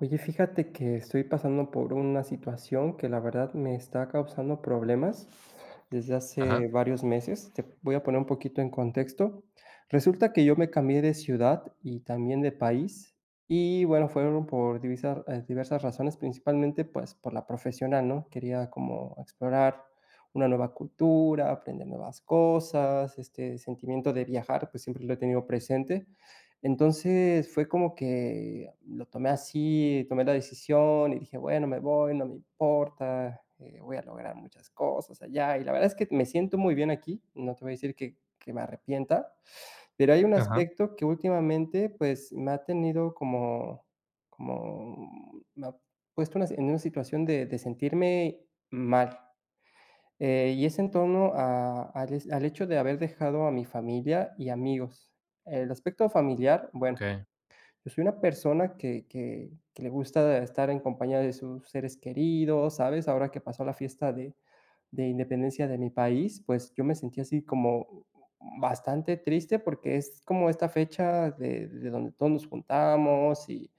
Oye, fíjate que estoy pasando por una situación que la verdad me está causando problemas desde hace Ajá, varios meses. Te voy a poner un poquito en contexto. Resulta que yo me cambié de ciudad y también de país y bueno, fueron por diversas razones, principalmente pues por la profesional, ¿no? Quería como explorar una nueva cultura, aprender nuevas cosas, este sentimiento de viajar, pues siempre lo he tenido presente. Entonces, fue como que lo tomé así, tomé la decisión y dije: "Bueno, me voy, no me importa, voy a lograr muchas cosas allá". Y la verdad es que me siento muy bien aquí, no te voy a decir que me arrepienta, pero hay un ajá, aspecto que últimamente, pues, me ha tenido como, como me ha puesto en una situación de sentirme mal, y es en torno a al hecho de haber dejado a mi familia y amigos. El aspecto familiar, bueno, okey. yo soy una persona que le gusta estar en compañía de sus seres queridos, ¿sabes? Ahora que pasó la fiesta de independencia de mi país, pues, yo me sentí así como bastante triste, porque es como esta fecha de donde todos nos juntamos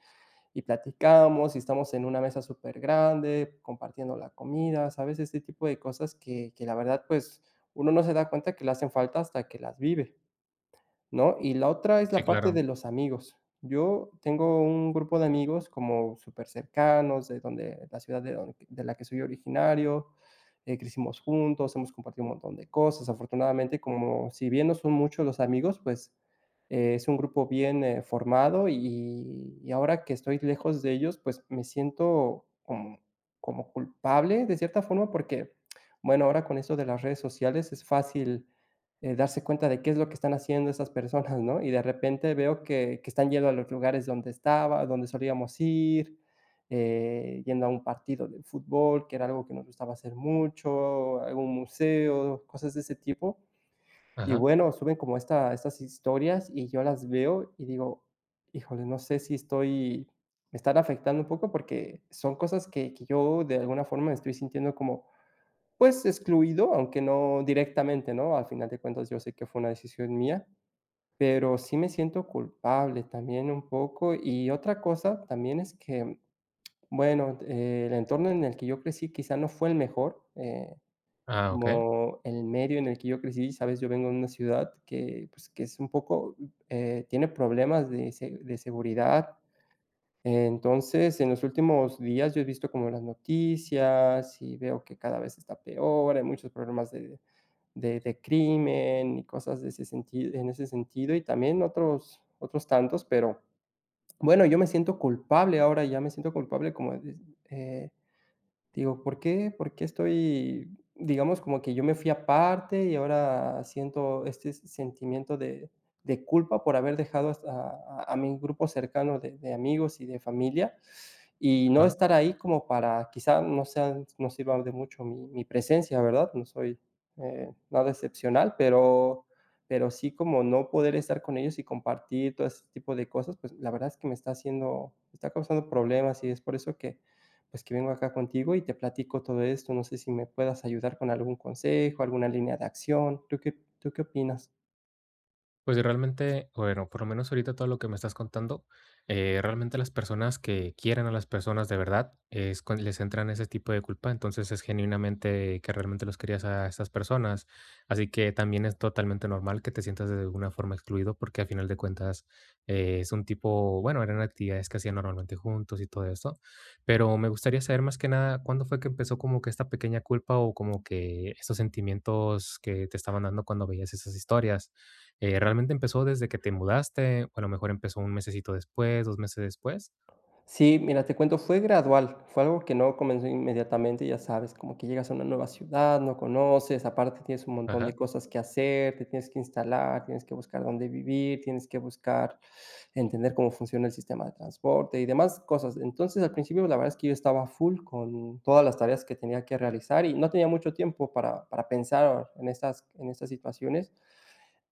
y platicamos, y estamos en una mesa súper grande compartiendo la comida, ¿sabes? Este tipo de cosas que la verdad, pues, uno no se da cuenta que le hacen falta hasta que las vive, ¿no? Y la otra es la Sí, parte claro. de los amigos. Yo tengo un grupo de amigos como súper cercanos de donde la ciudad de donde de la que soy originario, crecimos juntos, hemos compartido un montón de cosas. Afortunadamente, como si bien no son muchos los amigos, pues, es un grupo bien, formado y ahora que estoy lejos de ellos, pues, me siento como, como culpable de cierta forma porque, bueno, ahora con esto de las redes sociales es fácil, darse cuenta de qué es lo que están haciendo esas personas, ¿no? Y de repente veo que están yendo a los lugares donde solíamos ir, yendo a un partido de fútbol, que era algo que nos gustaba hacer mucho, algún museo, cosas de ese tipo. Y Ajá. bueno, suben como estas historias y yo las veo y digo: "Híjole, no sé si estoy me están afectando un poco", porque son cosas que yo de alguna forma me estoy sintiendo como, pues, excluido, aunque no directamente, ¿no? Al final de cuentas, yo sé que fue una decisión mía, pero sí me siento culpable también un poco. Y otra cosa también es que, bueno, el entorno en el que yo crecí quizá no fue el mejor, Ah, okey. como el medio en el que yo crecí, ¿sabes? Yo vengo de una ciudad que, pues, que es un poco, tiene problemas de seguridad. Entonces, en los últimos días yo he visto como las noticias y veo que cada vez está peor, hay muchos problemas de crimen y cosas de ese sentido en ese sentido, y también otros tantos, pero bueno, yo me siento culpable ahora, ya me siento culpable como de, eh. Digo, ¿por qué? ¿Por qué estoy? Digamos, como que yo me fui aparte y ahora siento este sentimiento de culpa por haber dejado hasta a mi grupo cercano de amigos y de familia, y no Ajá. estar ahí como para quizá no sea, no sirva de mucho mi presencia, ¿verdad? No soy, nada excepcional, pero sí como no poder estar con ellos y compartir todo ese tipo de cosas, pues, la verdad es que me está haciendo me está causando problemas, y es por eso que pues que vengo acá contigo y te platico todo esto. No sé si me puedas ayudar con algún consejo, alguna línea de acción. Tú qué opinas? Pues realmente, bueno, por lo menos ahorita todo lo que me estás contando, realmente las personas que quieren a las personas de verdad, es cuando les entran ese tipo de culpa, entonces es genuinamente que realmente los querías a estas personas, así que también es totalmente normal que te sientas de alguna forma excluido porque al final de cuentas es un tipo, bueno, eran actividades que hacían normalmente juntos y todo eso, pero me gustaría saber más que nada cuándo fue que empezó como que esta pequeña culpa o como que estos sentimientos que te estaban dando cuando veías esas historias ¿realmente empezó desde que te mudaste, o a lo mejor empezó un mesecito después, 2 meses después? Sí, mira, te cuento, fue gradual, fue algo que no comenzó inmediatamente, ya sabes, como que llegas a una nueva ciudad, no conoces, aparte tienes un montón de Ajá. cosas que hacer, te tienes que instalar, tienes que buscar dónde vivir, tienes que buscar entender cómo funciona el sistema de transporte y demás cosas. Entonces, al principio, la verdad es que yo estaba full con todas las tareas que tenía que realizar y no tenía mucho tiempo para pensar en estas situaciones.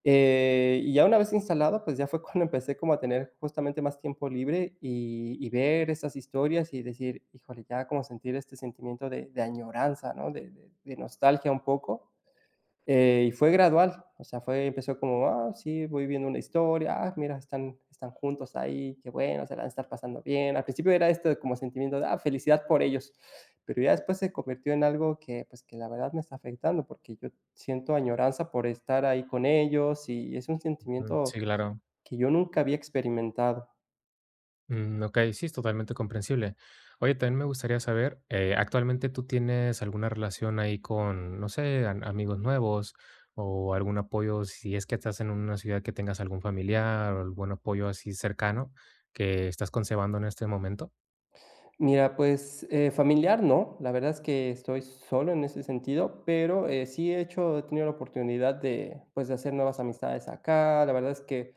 Y ya una vez instalado, pues ya fue cuando empecé como a tener justamente más tiempo libre y ver estas historias y decir, híjole, ya como sentir este sentimiento de añoranza, ¿no? De nostalgia un poco, y fue gradual, o sea, fue empezó como, ah, sí, voy viendo una historia, ah, mira, están juntos ahí, qué bueno, se la han de estar pasando bien. Al principio era esto como sentimiento de, ah, felicidad por ellos, pero ya después se convirtió en algo que, pues, que la verdad me está afectando, porque yo siento añoranza por estar ahí con ellos, y es un Mm, sentimiento sí, claro. que yo nunca había experimentado. Mm, okey, sí, es totalmente comprensible. Oye, también me gustaría saber, ¿actualmente tú tienes alguna relación ahí con, no sé, am amigos nuevos o algún apoyo? Si es que estás en una ciudad que tengas algún familiar o algún apoyo así cercano que estás concebando en este momento. Mira, pues, familiar no, la verdad es que estoy solo en ese sentido, pero, sí he tenido la oportunidad de, pues, de hacer nuevas amistades acá. La verdad es que,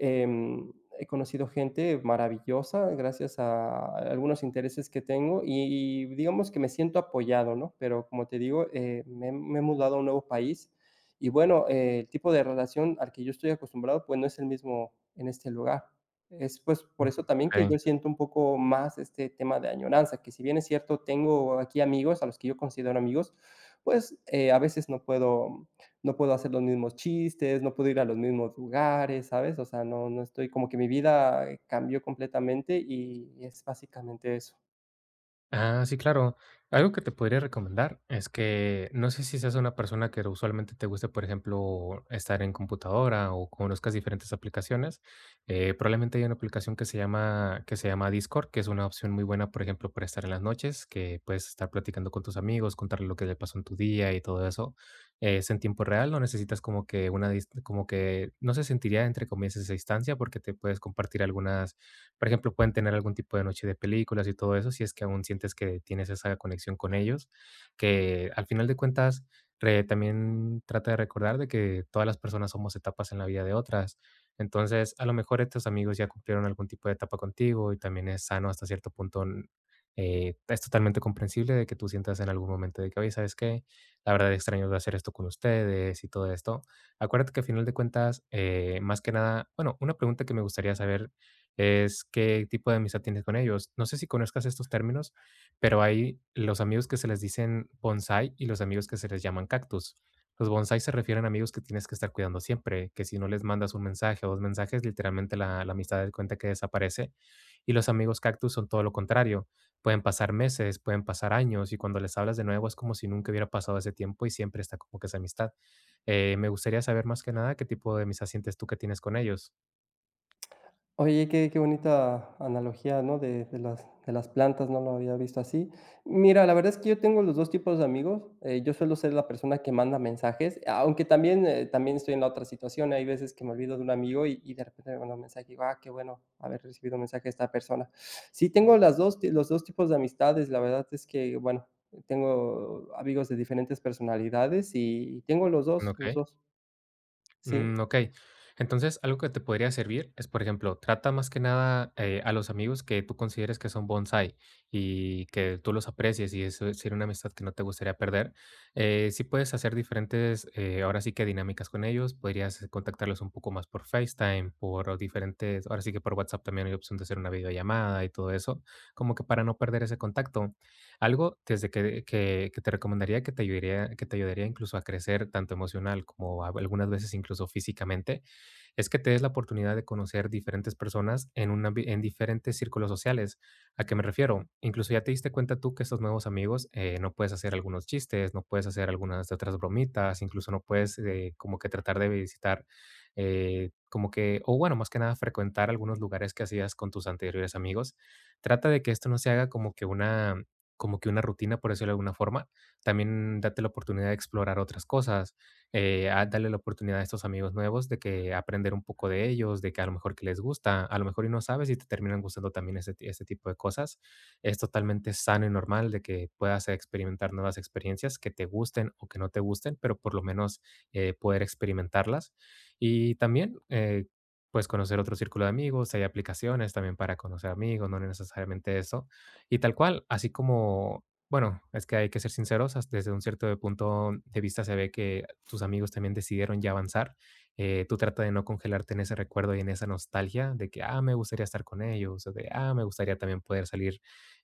Em, he conocido gente maravillosa gracias a algunos intereses que tengo y digamos que me siento apoyado, ¿no? Pero como te digo, me, me he mudado a un nuevo país y bueno, el tipo de relación al que yo estoy acostumbrado, pues no es el mismo en este lugar. Es pues por eso también que Okey. yo siento un poco más este tema de añoranza, que si bien es cierto, tengo aquí amigos a los que yo considero amigos, pues a veces no puedo, no puedo hacer los mismos chistes, no puedo ir a los mismos lugares, ¿sabes? O sea, no estoy como que mi vida cambió completamente y es básicamente eso. Ah, sí, claro. Algo que te podría recomendar es que no sé si seas una persona que usualmente te guste, por ejemplo, estar en computadora o conozcas diferentes aplicaciones. Probablemente hay una aplicación que se llama Discord, que es una opción muy buena, por ejemplo, para estar en las noches, que puedes estar platicando con tus amigos, contarle lo que le pasó en tu día y todo eso. Es en tiempo real, no necesitas como que una, como que no se sentiría entre comillas esa distancia porque te puedes compartir algunas, por ejemplo, pueden tener algún tipo de noche de películas y todo eso, si es que aún sientes que tienes esa conexión con ellos, que al final de cuentas, también trata de recordar de que todas las personas somos etapas en la vida de otras. Entonces, a lo mejor estos amigos ya cumplieron algún tipo de etapa contigo y también es sano hasta cierto punto. Es totalmente comprensible de que tú sientas en algún momento de que, oye, ¿sabes qué? La verdad extraño de hacer esto con ustedes y todo esto. Acuérdate que al final de cuentas, más que nada, bueno, una pregunta que me gustaría saber es qué tipo de amistad tienes con ellos. No sé si conozcas estos términos, pero hay los amigos que se les dicen bonsái y los amigos que se les llaman cactus. Los bonsái se refieren a amigos que tienes que estar cuidando siempre, que si no les mandas un mensaje o dos mensajes, literalmente la amistad de cuenta que desaparece. Y los amigos cactus son todo lo contrario. Pueden pasar meses, pueden pasar años, y cuando les hablas de nuevo es como si nunca hubiera pasado ese tiempo y siempre está como que esa amistad. Me gustaría saber más que nada qué tipo de amistad sientes tú que tienes con ellos. Oye, qué qué bonita analogía, ¿no? De las plantas, no lo había visto así. Mira, la verdad es que yo tengo los 2 tipos de amigos, yo suelo ser la persona que manda mensajes, aunque también, también estoy en la otra situación, hay veces que me olvido de un amigo y de repente me manda un mensaje, y digo: "Ah, qué bueno haber recibido un mensaje de esta persona". Sí, tengo las 2 ti los 2 tipos de amistades, la verdad es que, bueno, tengo amigos de diferentes personalidades y tengo los Ok. 2, sí. Mm, ok. Entonces, algo que te podría servir es, por ejemplo, trata más que nada a los amigos que tú consideres que son bonsai y que tú los aprecies y eso sería una amistad que no te gustaría perder. Sí puedes hacer diferentes, ahora sí que dinámicas con ellos. Podrías contactarlos un poco más por FaceTime, por diferentes, ahora sí que por WhatsApp también hay opción de hacer una videollamada y todo eso, como que para no perder ese contacto. Algo desde que que te recomendaría que te ayudaría incluso a crecer tanto emocional como a algunas veces incluso físicamente, es que te des la oportunidad de conocer diferentes personas en, un en diferentes círculos sociales. ¿A qué me refiero? Incluso ya te diste cuenta tú que estos nuevos amigos no puedes hacer algunos chistes, no puedes hacer algunas de otras bromitas, incluso no puedes como que tratar de visitar, como que, o bueno, más que nada frecuentar algunos lugares que hacías con tus anteriores amigos. Trata de que esto no se haga como que una rutina, por decirlo de alguna forma. También date la oportunidad de explorar otras cosas, a darle la oportunidad a estos amigos nuevos de que aprender un poco de ellos, de que a lo mejor que les gusta, a lo mejor y no sabes y te terminan gustando también ese, ese tipo de cosas. Es totalmente sano y normal de que puedas experimentar nuevas experiencias que te gusten o que no te gusten, pero por lo menos poder experimentarlas. Y también, pues conocer otro círculo de amigos, hay aplicaciones también para conocer amigos, no necesariamente eso. Y tal cual, así como bueno, es que hay que ser sinceros, has desde un cierto punto de vista se ve que tus amigos también decidieron ya avanzar. Tú trata de no congelarte en ese recuerdo y en esa nostalgia de que, ah, me gustaría estar con ellos, o de, ah, me gustaría también poder salir,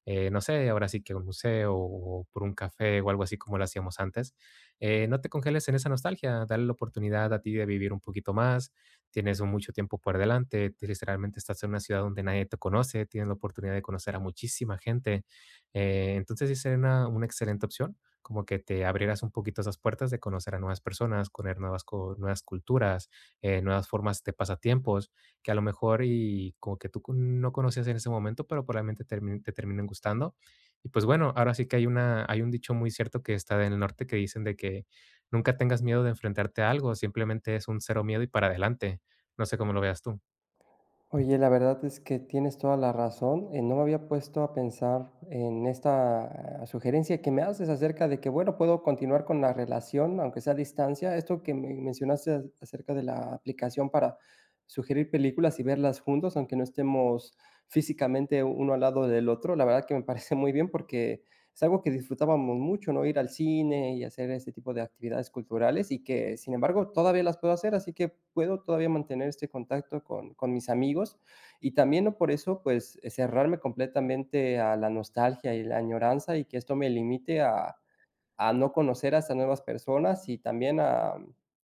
no sé, ahora sí que a un museo o por un café o algo así como lo hacíamos antes. No te congeles en esa nostalgia, dale la oportunidad a ti de vivir un poquito más. Tienes un mucho tiempo por delante, literalmente estás en una ciudad donde nadie te conoce, tienes la oportunidad de conocer a muchísima gente, entonces, sí sería una excelente opción, como que te abrieras un poquito esas puertas de conocer a nuevas personas, conocer nuevas co nuevas culturas, nuevas formas de pasatiempos, que a lo mejor y como que tú no conocías en ese momento, pero probablemente termin te terminen gustando. Y pues bueno, ahora sí que hay un dicho muy cierto que está en el norte que dicen de que nunca tengas miedo de enfrentarte a algo, simplemente es un cero miedo y para adelante. No sé cómo lo veas tú. Oye, la verdad es que tienes toda la razón. Eh, no me había puesto a pensar en esta, ah, sugerencia que me haces acerca de que, bueno, puedo continuar con la relación, aunque sea a distancia. Esto que me mencionaste acerca de la aplicación para sugerir películas y verlas juntos, aunque no estemos físicamente uno al lado del otro, la verdad que me parece muy bien porque es algo que disfrutábamos mucho, ¿no? Ir al cine y hacer este tipo de actividades culturales y que, sin embargo, todavía las puedo hacer, así que puedo todavía mantener este contacto con mis amigos y también, ¿no? Por eso, pues, cerrarme completamente a la nostalgia y la añoranza y que esto me limite a no conocer a estas nuevas personas y también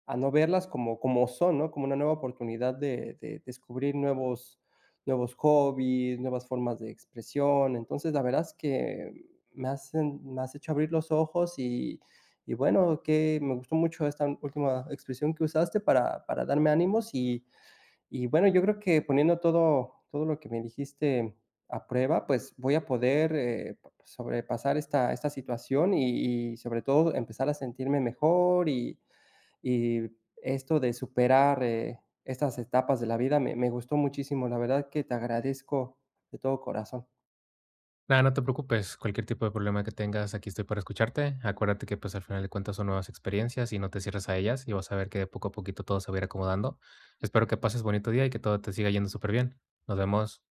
a no verlas como, como son, ¿no? Como una nueva oportunidad de descubrir nuevos, nuevos hobbies, nuevas formas de expresión. Entonces, la verdad es que me, hacen, me has hecho abrir los ojos y bueno, que me gustó mucho esta última expresión que usaste para darme ánimos y bueno, yo creo que poniendo todo, todo lo que me dijiste a prueba, pues voy a poder sobrepasar esta, esta situación y sobre todo empezar a sentirme mejor y esto de superar estas etapas de la vida me, me gustó muchísimo. La verdad que te agradezco de todo corazón. Nada, no te preocupes, cualquier tipo de problema que tengas, aquí estoy para escucharte. Acuérdate que pues al final de cuentas son nuevas experiencias y no te cierres a ellas y vas a ver que de poco a poquito todo se va a ir acomodando. Espero que pases bonito día y que todo te siga yendo súper bien. Nos vemos.